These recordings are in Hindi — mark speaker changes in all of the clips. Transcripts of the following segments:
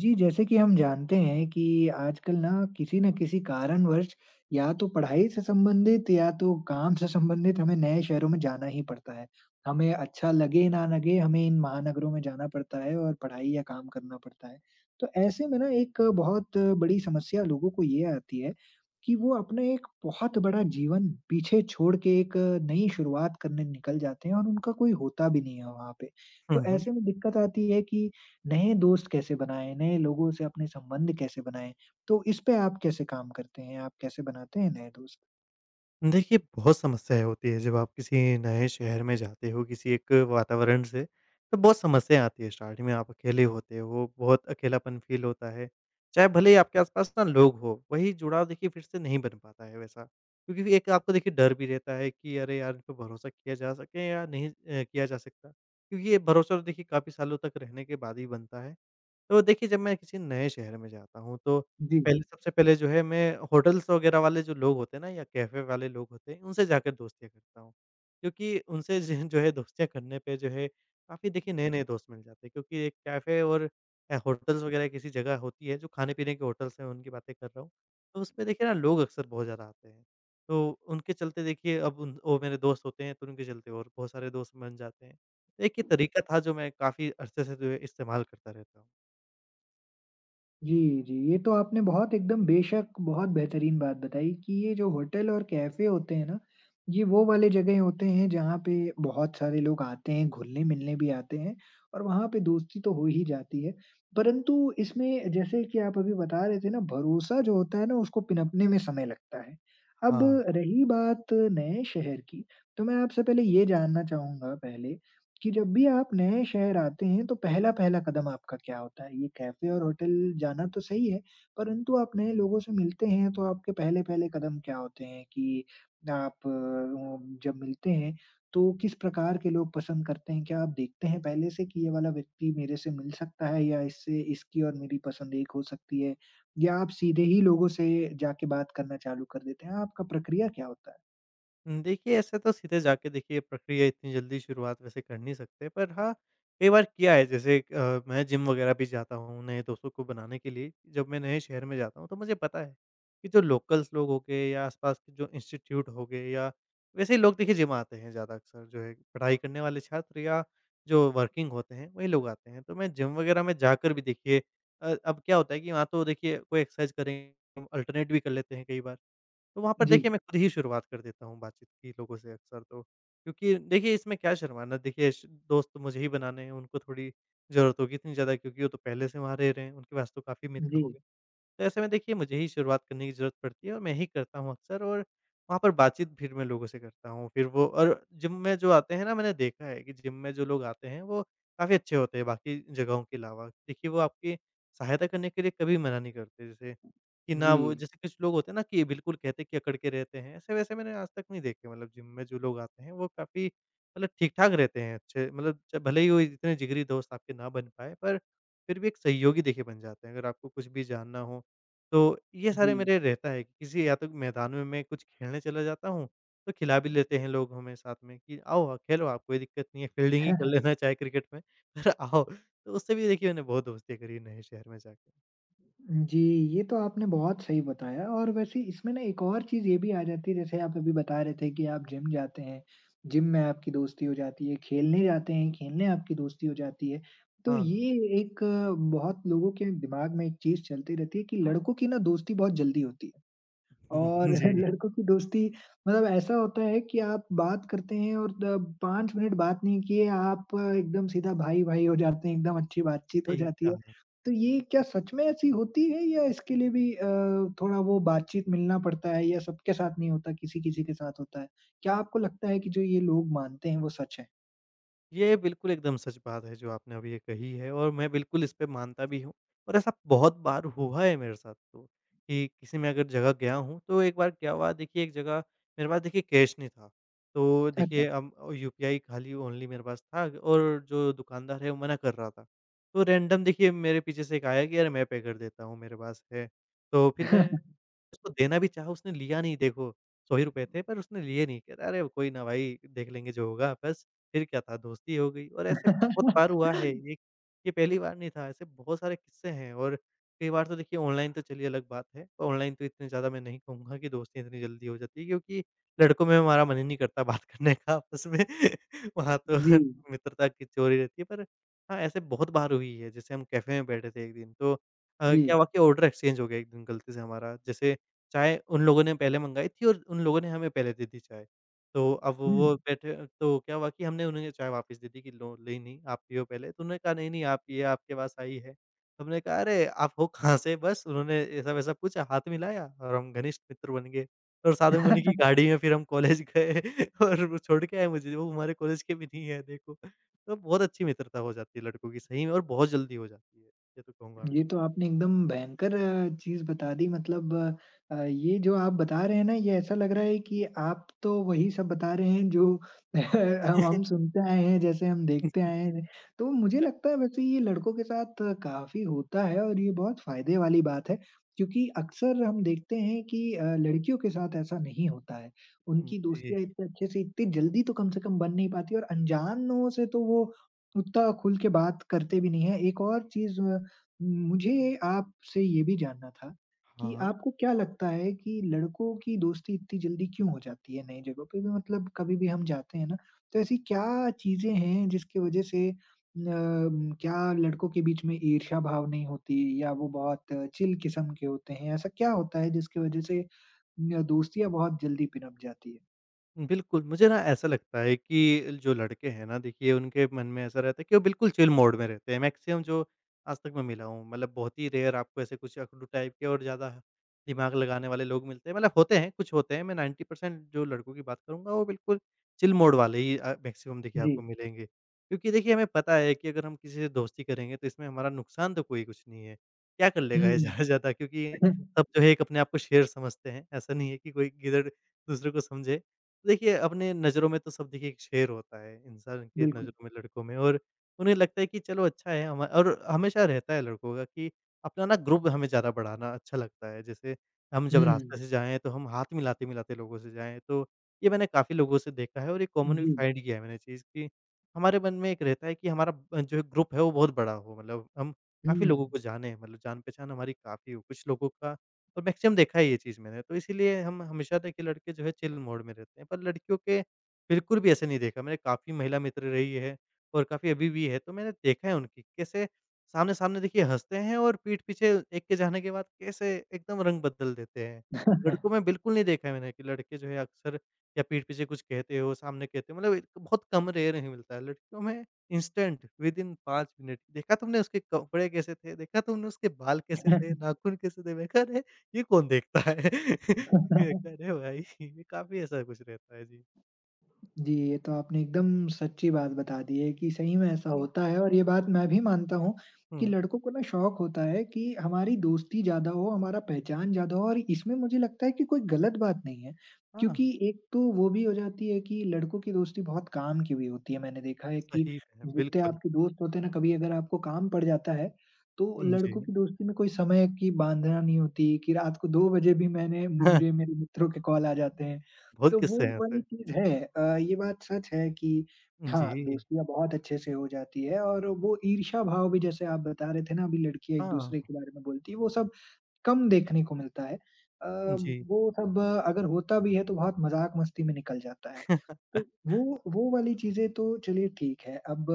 Speaker 1: जी, जैसे कि हम जानते हैं कि आजकल ना किसी न किसी कारणवश या तो पढ़ाई से संबंधित या तो काम से संबंधित हमें नए शहरों में जाना ही पड़ता है। हमें अच्छा लगे ना लगे हमें इन महानगरों में जाना पड़ता है और पढ़ाई या काम करना पड़ता है। तो ऐसे में ना एक बहुत बड़ी समस्या लोगों को ये आती है कि वो अपना एक बहुत बड़ा जीवन पीछे छोड़ के एक नई शुरुआत करने निकल जाते हैं और उनका कोई होता भी नहीं है वहाँ पे।
Speaker 2: हुँ,
Speaker 1: तो
Speaker 2: हुँ।
Speaker 1: ऐसे में दिक्कत आती है कि नए दोस्त कैसे बनाएँ, नए लोगों से अपने संबंध कैसे बनाएँ? तो इस पे आप कैसे काम करते हैं? आप कैसे बनाते हैं नए दोस्त?
Speaker 2: देखिए, बहुत समस्याएँ होती है जब आप किसी नए शहर में जाते हो, किसी एक वातावरण से, तो बहुत समस्याएँ आती है। स्टार्टिंग में आप अकेले होते हो, बहुत अकेलापन फ़ील होता है। चाहे भले ही आपके आस-पास ना लोग हो, वही जुड़ाव देखिए फिर से नहीं बन पाता है वैसा। क्योंकि फिर एक आपको देखिए डर भी रहता है कि अरे यार, इन पे भरोसा किया जा सके या नहीं, किया जा सकता। क्योंकि ये भरोसा तो देखिए काफ़ी सालों तक रहने के बाद ही बनता है। तो देखिए, जब मैं किसी नए शहर में जाता हूँ, तो
Speaker 1: जी।
Speaker 2: पहले, सबसे पहले जो है, मैं होटल्स वगैरह वाले जो लोग होते हैं ना, या कैफ़े वाले लोग होते हैं, उनसे जाकर दोस्तियाँ करता हूँ। क्योंकि उनसे ज जो है दोस्तियाँ करने पे जो है काफ़ी देखिए नए-नए दोस्त मिल जाते हैं। क्योंकि एक कैफ़े और होटल्स वगैरह किसी जगह होती है, जो खाने-पीने के होटल्स हैं, उनकी बातें कर रहा हूँ। तो उसमें देखिए ना लोग अक्सर बहुत ज़्यादा आते हैं। तो उनके चलते देखिए, अब उन वो मेरे दोस्त होते हैं, तो उनके चलते और बहुत सारे दोस्त बन जाते हैं। तो एक ये तरीका था जो मैं काफ़ी अरसे से जो है इस्तेमाल करता रहता हूँ।
Speaker 1: जी, जी। ये तो आपने बहुत एकदम बेशक बहुत बेहतरीन बात बताई कि ये जो होटल और कैफ़े होते हैं ना, ये वो वाले जगह होते हैं जहाँ पे बहुत सारे लोग आते हैं, घुलने-मिलने भी आते हैं और वहाँ पे दोस्ती तो हो ही जाती है। परंतु इसमें जैसे कि आप अभी बता रहे थे ना, भरोसा जो होता है ना उसको पिनपने में समय लगता है। अब
Speaker 2: हाँ।
Speaker 1: रही बात नए शहर की, तो मैं आपसे पहले ये जानना चाहूँगा पहले कि जब भी आप नए शहर आते हैं तो पहला-पहला कदम आपका क्या होता है? ये कैफ़े और होटल जाना तो सही है, परंतु आप नए लोगों से मिलते हैं तो आपके पहले-पहले कदम क्या होते हैं कि आप वो जब मिलते हैं तो किस प्रकार के लोग पसंद करते हैं? क्या आप देखते हैं पहले से कि ये वाला व्यक्ति मेरे से मिल सकता है या इससे इसकी और मेरी पसंद एक हो सकती है? या आप सीधे ही लोगों से जाके बात करना चालू कर देते हैं? आपका प्रक्रिया क्या होता है?
Speaker 2: देखिए, ऐसे तो सीधे जाके देखिए प्रक्रिया इतनी जल्दी शुरुआत वैसे कर नहीं सकते, पर हाँ, कई बार किया है, जैसे मैं जिम वगैरह भी जाता हूँ नए दोस्तों को बनाने के लिए। जब मैं नए शहर में जाता हूँ तो मुझे पता है कि जो लोकल्स लोग हो गए, या आस-पास के जो इंस्टीट्यूट हो गए, या वैसे ही लोग देखिए जिम आते हैं ज़्यादा, अक्सर जो है पढ़ाई करने वाले छात्र, या जो वर्किंग होते हैं, वही लोग आते हैं। तो मैं जिम वगैरह में जाकर भी देखिए, अब क्या होता है कि वहाँ तो देखिए कोई एक्सरसाइज़ करें, हम अल्टरनेट भी कर लेते हैं कई बार। तो वहाँ पर
Speaker 1: जी,
Speaker 2: देखिए मैं खुद ही शुरुआत कर देता हूँ बातचीत की लोगों से अक्सर तो। क्योंकि देखिए इसमें क्या शर्माना, देखिए श दोस्त तो मुझे ही बनाने हैं, उनको थोड़ी ज़रूरत होगी इतनी ज़्यादा, क्योंकि वो तो पहले से वहाँ रह रहे हैं, उनके पास तो काफ़ी मित्र
Speaker 1: जी,
Speaker 2: हो गए। तो ऐसे में देखिए मुझे ही शुरुआत करने की ज़रूरत पड़ती है, और मैं ही करता हूँ अक्सर, और वहाँ पर बातचीत भीड़ में लोगों से करता हूँ। फिर वो, और जिम में जो आते हैं ना, मैंने देखा है कि जिम में जो लोग आते हैं वो काफ़ी अच्छे होते हैं बाकी जगहों के अलावा। देखिए, वो आपकी सहायता करने के लिए कभी मना नहीं करते, जैसे कि ना वो,
Speaker 1: जी,
Speaker 2: जैसे कुछ लोग होते हैं ना कि बिल्कुल कहते हैं कि अकड़ के रहते हैं, ऐसे-वैसे मैंने आज तक नहीं देखे। मतलब, जिम में जो लोग आते हैं वो काफ़ी मतलब ठीक-ठाक रहते हैं, अच्छे मतलब, च भले ही वो इतने जिगरी दोस्त आपके ना बन पाएँ, पर फिर भी एक सहयोगी देखिए बन जाते हैं, अगर आपको कुछ भी जानना हो। तो ये
Speaker 1: जी।
Speaker 2: सारे मेरे रहता है कि किसी, या तो मैदान में मैं कुछ खेलने चला जाता हूँ, तो खिला भी लेते हैं लोग हमें साथ में कि आओ, आ, खेलो, आप कोई दिक्कत नहीं है, फ़ील्डिंग ही कर लेना चाहे क्रिकेट में पर आओ। तो उससे भी देखिए मैंने बहुत दोस्ती करी नए शहर में जाके।
Speaker 1: जी, ये तो आपने बहुत सही बताया और वैसे इसमें ना एक और चीज़ ये भी आ जाती है, जैसे आप अभी बता रहे थे कि आप जिम जाते हैं, जिम में आपकी दोस्ती हो जाती है, खेलने जाते हैं, खेलने आपकी दोस्ती हो जाती है। तो
Speaker 2: हाँ।
Speaker 1: ये एक बहुत लोगों के दिमाग में एक चीज़ चलती रहती है कि लड़कों की ना दोस्ती बहुत जल्दी होती है। और
Speaker 2: जी।
Speaker 1: लड़कों की दोस्ती मतलब ऐसा होता है कि आप बात करते हैं और द 5 मिनट बात नहीं किए आप एकदम सीधा भाई-भाई हो जाते हैं, एकदम अच्छी बातचीत हो
Speaker 2: सही
Speaker 1: जाती है।
Speaker 2: कहा।
Speaker 1: तो ये क्या सच में ऐसी होती है या इसके लिए भी थोड़ा वो बातचीत मिलना पड़ता है या सबके साथ नहीं होता, किसी-किसी के साथ होता है? क्या आपको लगता है कि जो ये लोग मानते हैं वो सच है?
Speaker 2: ये बिल्कुल एकदम सच बात है जो आपने अभी ये कही है, और मैं बिल्कुल इस पे मानता भी हूँ। और ऐसा बहुत बार हुआ है मेरे साथ तो, कि किसी में अगर जगह गया हूँ तो एक बार क्या हुआ देखिए, एक जगह मेरे पास देखिए कैश नहीं था। तो
Speaker 1: अच्छा।
Speaker 2: देखिए अब यूपीआई खाली ओनली मेरे पास था, और जो दुकानदार है वो मना कर रहा था। तो रैंडम देखिए मेरे पीछे से एक आया कि यार, मैं पे कर देता हूँ, मेरे पास है। तो फिर मैं उसको देना भी चाहा, उसने लिया नहीं देखो। ₹100 ही रुपए थे, पर उसने लिए नहीं। कह रहा, अरे कोई ना भाई, देख लेंगे जो होगा, बस फिर क्या था, दोस्ती हो गई। और ऐसे बहुत बार हुआ है ये। ये पहली बार नहीं था, ऐसे बहुत सारे किस्से हैं। और कई बार तो देखिए ऑनलाइन तो चलिए अलग बात है, पर ऑनलाइन तो इतने ज़्यादा मैं नहीं कहूँगा कि दोस्ती इतनी जल्दी हो जाती है, क्योंकि लड़कों में हमारा मन ही नहीं करता बात करने का आपस में वहाँ तो
Speaker 1: जी,
Speaker 2: मित्रता की चोरी रहती है, पर हाँ, ऐसे बहुत बार हुई है। जैसे हम कैफ़े में बैठे थे एक दिन, तो
Speaker 1: जी।
Speaker 2: क्या हुआ कि ऑर्डर एक्सचेंज हो गया एक दिन गलती से हमारा। जैसे चाय उन लोगों ने पहले मँगाई थी, और उन लोगों ने हमें पहले दे दी चाय। तो अब
Speaker 1: हुँ।
Speaker 2: वो बैठे, तो क्या हुआ कि हमने उन्हें चाय वापस दे दी कि लो, ली नहीं, आप पियो पहले, तो उन्होंने कहा नहीं, नहीं, आप ये आपके पास आई है। तो हमने कहा, अरे! आप हो कहाँ से? बस उन्होंने ऐसा-वैसा पूछा, हाथ मिलाया और हम घनिष्ठ मित्र बन गए। और साथ में उन्हीं की गाड़ी में फिर हम कॉलेज गए और वो छोड़ के आए मुझे, वो हमारे कॉलेज के भी नहीं है देखो। तो बहुत अच्छी मित्रता हो जाती है लड़कों की सही में, और बहुत जल्दी हो जाती है, ये तो कहूँगा मैं।
Speaker 1: ये तो आपने एकदम भयंकर चीज़ बता दी मतलब ये जो आप बता रहे हैं ना ये ऐसा लग रहा है कि आप तो वही सब बता रहे हैं जो हम सुनते आए हैं, जैसे हम देखते आए हैं। तो मुझे
Speaker 2: अ,
Speaker 1: लगता है वैसे ये लड़कों के साथ काफ़ी होता है और ये बहुत फ़ायदे वाली बात है, क्योंकि अक्सर हम देखते हैं कि लड़कियों के साथ ऐसा नहीं होता है।
Speaker 2: हुँ,
Speaker 1: उनकी
Speaker 2: जी।
Speaker 1: दोस्तियाँ इतने अच्छे से इतनी जल्दी तो कम से कम बन नहीं पाती और अनजानों से तो वो उतना खुल के बात करते भी नहीं हैं। एक और चीज़ मुझे आपसे ये भी जानना था कि
Speaker 2: हाँ।
Speaker 1: आपको क्या लगता है कि लड़कों की दोस्ती इतनी जल्दी क्यों हो जाती है नई जगहों पे भी मतलब कभी भी हम जाते हैं ना, तो ऐसी क्या चीज़ें हैं जिसकी वजह से न अम, क्या लड़कों के बीच में ईर्ष्या भाव नहीं होती या वो बहुत चिल किस्म के होते हैं? ऐसा क्या होता है जिसकी वजह से न दोस्तियाँ बहुत जल्दी पिनप जाती है?
Speaker 2: बिल्कुल, मुझे ना ऐसा लगता है कि जो लड़के हैं ना देखिए उनके मन में ऐसा रहता है कि वो बिल्कुल चिल मोड में रहते हैं। मैक्सिमम जो आज तक मैं मिला हूँ, मतलब बहुत ही रेयर आपको ऐसे कुछ अकड़ू टाइप के और ज़्यादा दिमाग लगाने वाले लोग मिलते हैं। मतलब होते हैं, कुछ होते हैं, मैं 90% जो लड़कों की बात करूँगा वो बिल्कुल चिल मोड वाले ही, मैक्सिमम देखिए
Speaker 1: जी।
Speaker 2: आपको मिलेंगे। क्योंकि देखिए हमें पता है कि अगर हम किसी से दोस्ती करेंगे तो इसमें हमारा नुकसान तो कोई कुछ नहीं है। क्या कर लेगा ये ज़्यादा से
Speaker 1: हुँ।
Speaker 2: ज़्यादा, क्योंकि सब जो है एक अपने आप को शेर समझते हैं। ऐसा नहीं है कि कोई किधर दूसरे को समझे। देखिए, अपने नज़रों में तो सब देखिए एक शेर होता है, इंसान के
Speaker 1: बिल्कुल।
Speaker 2: नज़रों में, लड़कों में। और उन्हें लगता है कि चलो अच्छा है, हमा और हमेशा रहता है लड़कों का कि अपना ना ग्रुप हमें ज़्यादा बढ़ाना अच्छा लगता है। जैसे हम जब
Speaker 1: हुँ।
Speaker 2: रास्ते से जाएँ तो हम हाथ मिलाते-मिलाते लोगों से जाएँ, तो ये मैंने काफ़ी लोगों से देखा है, और ये कॉमन भी
Speaker 1: जी।
Speaker 2: फाइंड किया है मैंने चीज़, कि हमारे मन में एक रहता है कि हमारा, जो ग्रुप है वो बहुत बड़ा हो, मतलब हम काफ़ी लोगों
Speaker 1: हुँ।
Speaker 2: को जानें, मतलब जान-पहचान हमारी काफ़ी हो। कुछ लोगों का, और मैक्सिमम देखा है ये चीज़ मैंने, तो इसीलिए हम हमेशा देखिए लड़के जो है चिल मोड में रहते हैं, पर लड़कियों के बिल्कुल भी ऐसे नहीं देखा। मैंने काफ़ी महिला मित्र रही है, और काफ़ी अभी भी है, तो मैंने देखा है उनकी कैसे, सामने-सामने देखिए हँसते हैं और पीठ पीछे एक के जाने के बाद कैसे एकदम रंग बदल देते हैं। लड़कों में बिल्कुल नहीं देखा है मैंने कि लड़के जो है अक्सर या पीठ पीछे कुछ कहते हो, सामने कहते हो, मतलब एक बहुत कम, रेयर ही मिलता है। लड़कियों में इंस्टेंट विदिन 5 मिनट, देखा तुमने उसके कपड़े कैसे थे, देखा तुमने उसके बाल कैसे थे, नाखून कैसे थे? मैंने कहा, अरे! ये कौन देखता है? अरे भाई! ये काफ़ी ऐसा कुछ रहता है जी।
Speaker 1: जी, ये तो आपने एकदम सच्ची बात बता दी है कि सही में ऐसा
Speaker 2: हुँ,
Speaker 1: होता है और ये बात मैं भी मानता हूँ कि
Speaker 2: हुँ।
Speaker 1: लड़कों को ना शौक होता है कि हमारी दोस्ती ज़्यादा हो, हमारा पहचान ज़्यादा हो और इसमें मुझे लगता है कि कोई गलत बात नहीं है।
Speaker 2: हाँ,
Speaker 1: क्योंकि एक तो वो भी हो जाती है कि लड़कों की दोस्ती बहुत काम की भी होती है। मैंने देखा है कि
Speaker 2: सही में
Speaker 1: जितने
Speaker 2: बिल्कुल।
Speaker 1: आपके दोस्त होते हैं ना, कभी अगर आपको काम पड़ जाता है, तो
Speaker 2: हुँ,
Speaker 1: लड़कों की
Speaker 2: जी।
Speaker 1: दोस्ती में कोई समय की बांधना नहीं होती कि रात को 2 बजे भी मैंने मुझे मेरे मित्रों के कॉल आ जाते हैं।
Speaker 2: बहुत
Speaker 1: तो वो
Speaker 2: किस्से हैं
Speaker 1: वाली
Speaker 2: ऐसे।
Speaker 1: चीज़ है ये बात सच है कि हाँ,
Speaker 2: जी,
Speaker 1: दोस्तियाँ बहुत अच्छे से हो जाती है और वो ईर्ष्या भाव भी जैसे आप बता रहे थे ना अभी लड़कियाँ
Speaker 2: हाँ,
Speaker 1: एक-दूसरे के बारे में बोलती है, वो सब कम देखने को मिलता है।
Speaker 2: जी।
Speaker 1: वो सब अगर होता भी है तो बहुत मज़ाक-मस्ती में निकल जाता है। तो वो वाली चीज़ें तो चलिए ठीक है। अब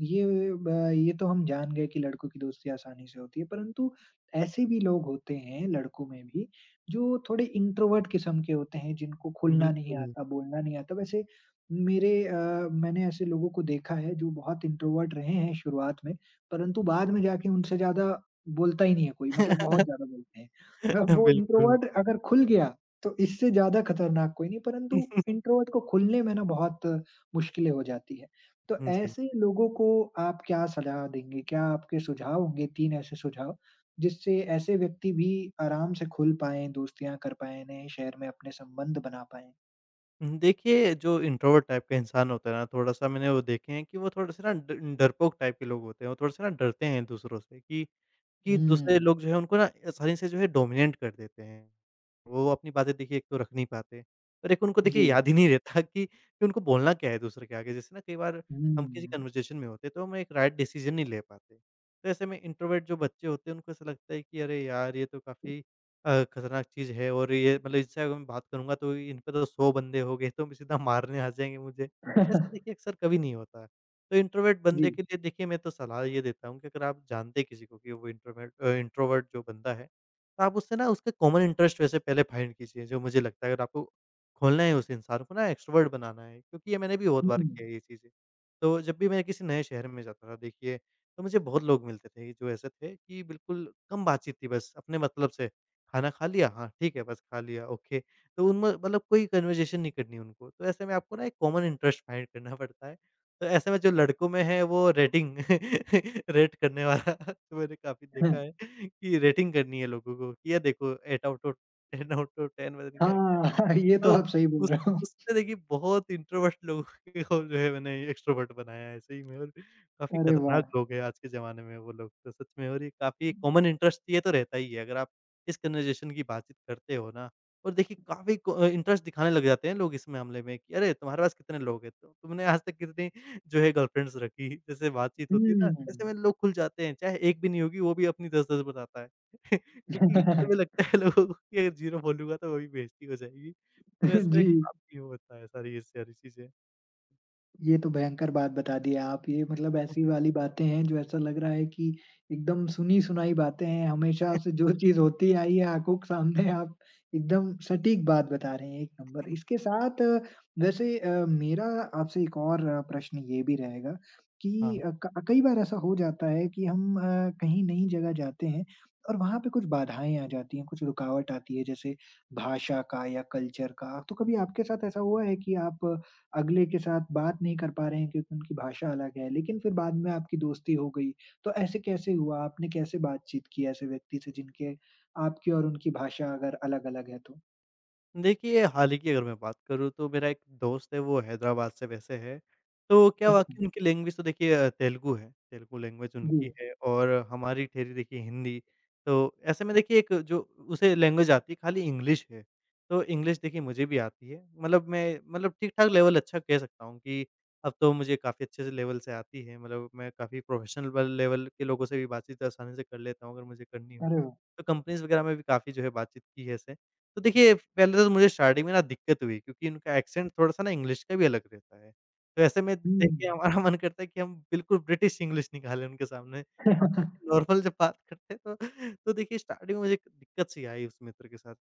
Speaker 1: ये ब ये तो हम जान गए कि लड़कों की दोस्ती आसानी से होती है, परंतु ऐसे भी लोग होते हैं लड़कों में भी जो थोड़े इंट्रोवर्ट किस्म के होते हैं, जिनको खुलना नहीं
Speaker 2: बिल्कुल।
Speaker 1: आता, बोलना नहीं आता। वैसे मेरे अ, मैंने ऐसे लोगों को देखा है जो बहुत इंट्रोवर्ट रहे हैं शुरुआत में, परंतु बाद में जाके उनसे ज़्यादा बोलता ही नहीं है कोई, मतलब बहुत ज़्यादा बोलते हैं। अब वो
Speaker 2: बिल्कुल,
Speaker 1: इंट्रोवर्ट अगर खुल गया, तो इससे ज़्यादा खतरनाक कोई नहीं, परंतु इंट्रोवर्ट को खुलने में ना बहुत मुश्किलें हो जाती हैं। तो
Speaker 2: जी।
Speaker 1: ऐसे लोगों को आप क्या सलाह देंगे? क्या आपके सुझाव होंगे 3 ऐसे सुझाव, जिससे ऐसे व्यक्ति भी आराम से खुल पाएँ, दोस्तियाँ कर पाएँ, नए शहर में अपने संबंध बना पाएँ?
Speaker 2: देखिए, जो इंट्रोवर्ट टाइप का इंसान होता है ना, थोड़ा-सा मैंने वो देखे हैं कि वो थोड़े-से ना ड डरपोक टाइप के लोग होते हैं, वो थोड़े-से ना डरते हैं दूसरों से कि दूसरे
Speaker 1: हुँ,
Speaker 2: लोग जो है उनको ना आसानी से जो है डोमिनेट कर देते हैं। वो अपनी बातें देखिए एक तो रख नहीं पाते और एक उनको देखिए
Speaker 1: जी।
Speaker 2: याद ही नहीं रहता कि उनको बोलना क्या है दूसरे के आगे। जैसे ना कई बार हम किसी
Speaker 1: हुँ।
Speaker 2: कन्वर्सेशन में होते हैं तो हम एक राइट डिसीज़न नहीं ले पाते। तो ऐसे में इंट्रोवर्ट जो बच्चे होते हैं उनको ऐसा लगता है कि अरे यार, ये तो काफ़ी खतरनाक चीज़ है, और ये मतलब इससे अगर मैं बात करूँगा तो इन पे तो 100 बंदे हो गए, तो सीधा मारने आ जाएँगे मुझे। ऐसा देखिए अक्सर कभी नहीं होता। तो इंट्रोवर्ट
Speaker 1: जी।
Speaker 2: बंदे के लिए देखिए मैं तो सलाह ये देता हूँ कि अगर आप जानते हैं किसी को कि वो इंट्रोवर्ट जो बंदा है, तो आप उससे ना उसके कॉमन इंटरेस्ट वैसे पहले फाइंड कीजिए, जो मुझे लगता है, अगर आपको खोलना है उस इंसान को, ना एक्स्ट्रोवर्ट बनाना है, क्योंकि ये मैंने भी बहुत
Speaker 1: हुँ।
Speaker 2: बार किया है ये चीज़ें। तो जब भी मैं किसी नए शहर में जाता था देखिए, तो मुझे बहुत लोग मिलते थे जो ऐसे थे कि बिल्कुल कम बातचीत थी, बस अपने मतलब से, खाना खा लिया? हाँ, ठीक है, बस खा लिया, ओके। तो उनमें मतलब कोई कन्वर्सेशन नहीं करनी उनको, तो ऐसे में आपको ना एक कॉमन इंटरेस्ट फाइंड करना पड़ता है। तो ऐसे में जो लड़कों में है वो रेटिंग रेट करने वाला तो मैंने काफ़ी देखा है कि रेटिंग करनी है लोगों को कि ये देखो 8 आउट ऑफ 10, आउट ऑफ 10, पता नहीं क्या-क्या।
Speaker 1: हाँ, हाँ, ये तो आप
Speaker 2: तो
Speaker 1: सही बोल
Speaker 2: उस
Speaker 1: रहे हो।
Speaker 2: उससे देखिए बहुत इंट्रोवर्ट लोगों को जो है मैंने एक्स्ट्रोवर्ट बनाया है ऐसे ही में, और काफ़ी
Speaker 1: अरे वाह!
Speaker 2: खतरनाक लोग हैं आज के ज़माने में, वो लोग तो सच में। और ये काफ़ी कॉमन इंटरेस्ट ये तो रहता ही है अगर आप इस कन्वर्सेशन की बातचीत करते हो ना, और देखिए काफ़ी को इंटरेस्ट दिखाने लग जाते हैं लोग इस मामले में कि अरे, तुम्हारे पास कितने लोग हैं? तो तुमने आज तक कितनी जो है गर्लफ्रेंड से रखी, जैसे बातचीत होती है
Speaker 1: हुँ।
Speaker 2: ना, ऐसे में लोग खुल जाते हैं, चाहे एक भी नहीं होगी, वो भी अपनी 10-10 बताता है। क्योंकि ऐसे में लगता है लोगों को कि अगर ज़ीरो बोलूँगा तो मेरी बेइज़्ती हो जाएगी, तो ऐसे में
Speaker 1: जी।
Speaker 2: काफ़ी वो होता है, सारी ये सारी चीज़ें।
Speaker 1: ये तो भयंकर बात बता दी है आप। ये मतलब ऐसी वाली बातें हैं जो ऐसा लग रहा है कि एकदम सुनी-सुनाई बातें हैं। हमेशा से जो चीज़ होती आई है आँखों के सामने आप एकदम सटीक बात बता रहे हैं, एक नंबर। इसके साथ वैसे मेरा आपसे एक और प्रश्न ये भी रहेगा कि
Speaker 2: हाँ।
Speaker 1: अ, क कई बार ऐसा हो जाता है कि हम कहीं नई जगह जाते हैं और वहाँ पे कुछ बाधाएँ आ जाती हैं, कुछ रुकावट आती है जैसे भाषा का या कल्चर का। तो कभी आपके साथ ऐसा हुआ है कि आप अगले के साथ बात नहीं कर पा रहे हैं क्योंकि उनकी भाषा अलग है, लेकिन फिर बाद में आपकी दोस्ती हो गई। तो ऐसे कैसे हुआ? आपने कैसे बातचीत की ऐसे व्यक्ति से जिनके आपकी और उनकी भाषा अगर अलग-अलग है तो?
Speaker 2: देखिए, हाल ही की अगर मैं बात करूँ, तो मेरा एक दोस्त है, वो हैदराबाद से वैसे है। तो क्या
Speaker 1: अच्छा,
Speaker 2: वाक़ई उनकी लैंग्वेज तो देखिए तेलुगु है, तेलुगु लैंग्वेज
Speaker 1: जी।
Speaker 2: उनकी है और हमारी ठहरी देखिए हिंदी। तो ऐसे में देखिए एक जो उसे लैंग्वेज आती है खाली इंग्लिश है। तो इंग्लिश देखिए मुझे भी आती है। मतलब मैं, मतलब ठीक-ठाक लेवल अच्छा कह सकता हूँ कि अब तो मुझे काफ़ी अच्छे से लेवल से आती है। मतलब मैं काफ़ी प्रोफ़ेशनल व लेवल के लोगों से भी बातचीत आसानी से कर लेता हूँ, अगर मुझे करनी हो।
Speaker 1: अरे वाह!
Speaker 2: तो कंपनीज़ वग़ैरह में भी काफ़ी जो है बातचीत की है ऐसे। तो देखिए, पहले तो मुझे स्टार्टिंग में ना दिक्कत हुई, क्योंकि उनका एक्सेंट थोड़ा-सा ना इंग्लिश का भी अलग रहता है। तो ऐसे में
Speaker 1: हुँ।
Speaker 2: देखिए हमारा मन करता है कि हम बिल्कुल ब्रिटिश इंग्लिश निकालें उनके सामने। हम देखिए नॉर्मल जब बात करते हैं, तो देखिए स्टार्टिंग में मुझे दिक्कत सी आई उस मित्र के साथ।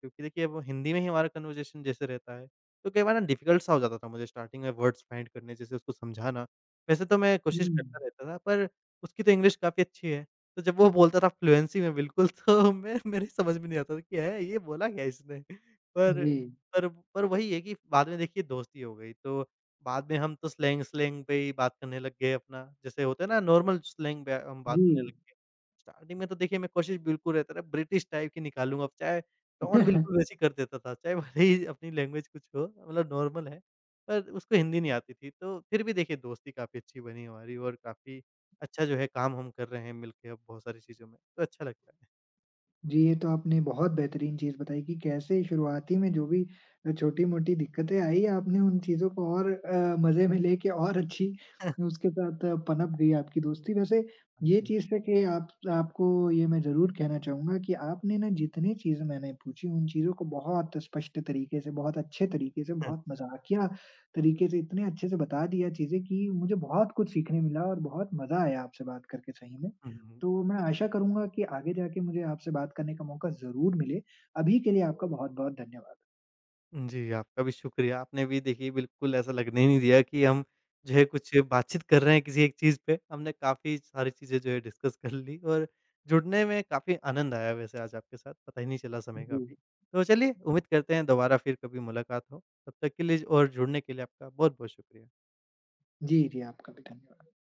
Speaker 2: क्योंकि देखिए अब हिंदी में ही हमारा कन्वर्सेशन जैसे रहता है, तो कई बार ना डिफ़िकल्ट सा हो जाता था मुझे स्टार्टिंग में वर्ड्स फाइंड करने, जैसे उसको समझाना। वैसे तो मैं कोशिश
Speaker 1: हुँ।
Speaker 2: करता रहता था, पर उसकी तो इंग्लिश काफ़ी अच्छी है, तो जब वो बोलता था फ़्लुएंसी में बिल्कुल तो मैं, मेरे समझ में नहीं आता था कि है, ये बोला क्या इसने? पर
Speaker 1: जी,
Speaker 2: पर पर वही है कि बाद में देखिए दोस्ती हो गई, तो बाद में हम तो स्लैंग स्लैंग पे ही बात करने लग गए अपना, जैसे होता है ना, नॉर्मल स्लैंग पे हम बात
Speaker 1: जी।
Speaker 2: करने लग गए। स्टार्टिंग में तो देखिए मैं कोशिश बिल्कुल रहता था ब्रिटिश टाइप की निकालूँ, अब चाहे टोन बिल्कुल वैसी कर देता था, चाहे भले ही अपनी लैंग्वेज कुछ हो, मतलब नॉर्मल है, पर उसको हिंदी नहीं आती थी। तो फिर भी देखिए दोस्ती काफ़ी अच्छी बनी हमारी, और काफ़ी अच्छा जो है काम हम कर रहे हैं मिलके अब बहुत सारी चीज़ों में, तो अच्छा लगता है।
Speaker 1: जी, ये तो आपने बहुत बेहतरीन चीज़ बताई कि कैसे शुरुआती में जो भी छोटी-मोटी दिक्कतें आई, आपने उन चीज़ों को और मज़े में लेके और अच्छी उसके साथ पनप गई आपकी दोस्ती। वैसे
Speaker 2: हाँ
Speaker 1: ये
Speaker 2: जी।
Speaker 1: चीज़ से कि आप आपको ये मैं ज़रूर कहना चाहूँगा कि आपने ना जितनी चीज़ें मैंने पूछी, उन चीज़ों को बहुत स्पष्ट तरीके से, बहुत अच्छे तरीके से,
Speaker 2: हाँ।
Speaker 1: बहुत मज़ाकिया तरीके से, इतने अच्छे से बता दिया चीज़ें कि मुझे बहुत कुछ सीखने मिला और बहुत मज़ा आया आपसे बात करके सही में।
Speaker 2: हम्म,
Speaker 1: तो मैं आशा करूँगा कि आगे जाके मुझे आपसे बात करने का मौका ज़रूर मिले। अभी के लिए आपका बहुत-बहुत धन्यवाद।
Speaker 2: जी, आपका भी शुक्रिया। आपने भी देखिए बिल्कुल ऐसा लगने ही नहीं दिया कि हम जो है कुछ बातचीत कर रहे हैं किसी एक चीज़ पे। हमने काफ़ी सारी चीज़ें जो है डिस्कस कर ली, और जुड़ने में काफ़ी आनंद आया वैसे आज आपके साथ, पता ही नहीं चला समय का
Speaker 1: जी।
Speaker 2: भी। तो चलिए, उम्मीद करते हैं दोबारा फिर कभी मुलाकात हो। तब तक के लिए और जुड़ने के लिए आपका बहुत-बहुत शुक्रिया।
Speaker 1: जी, जी, आपका भी धन्यवाद।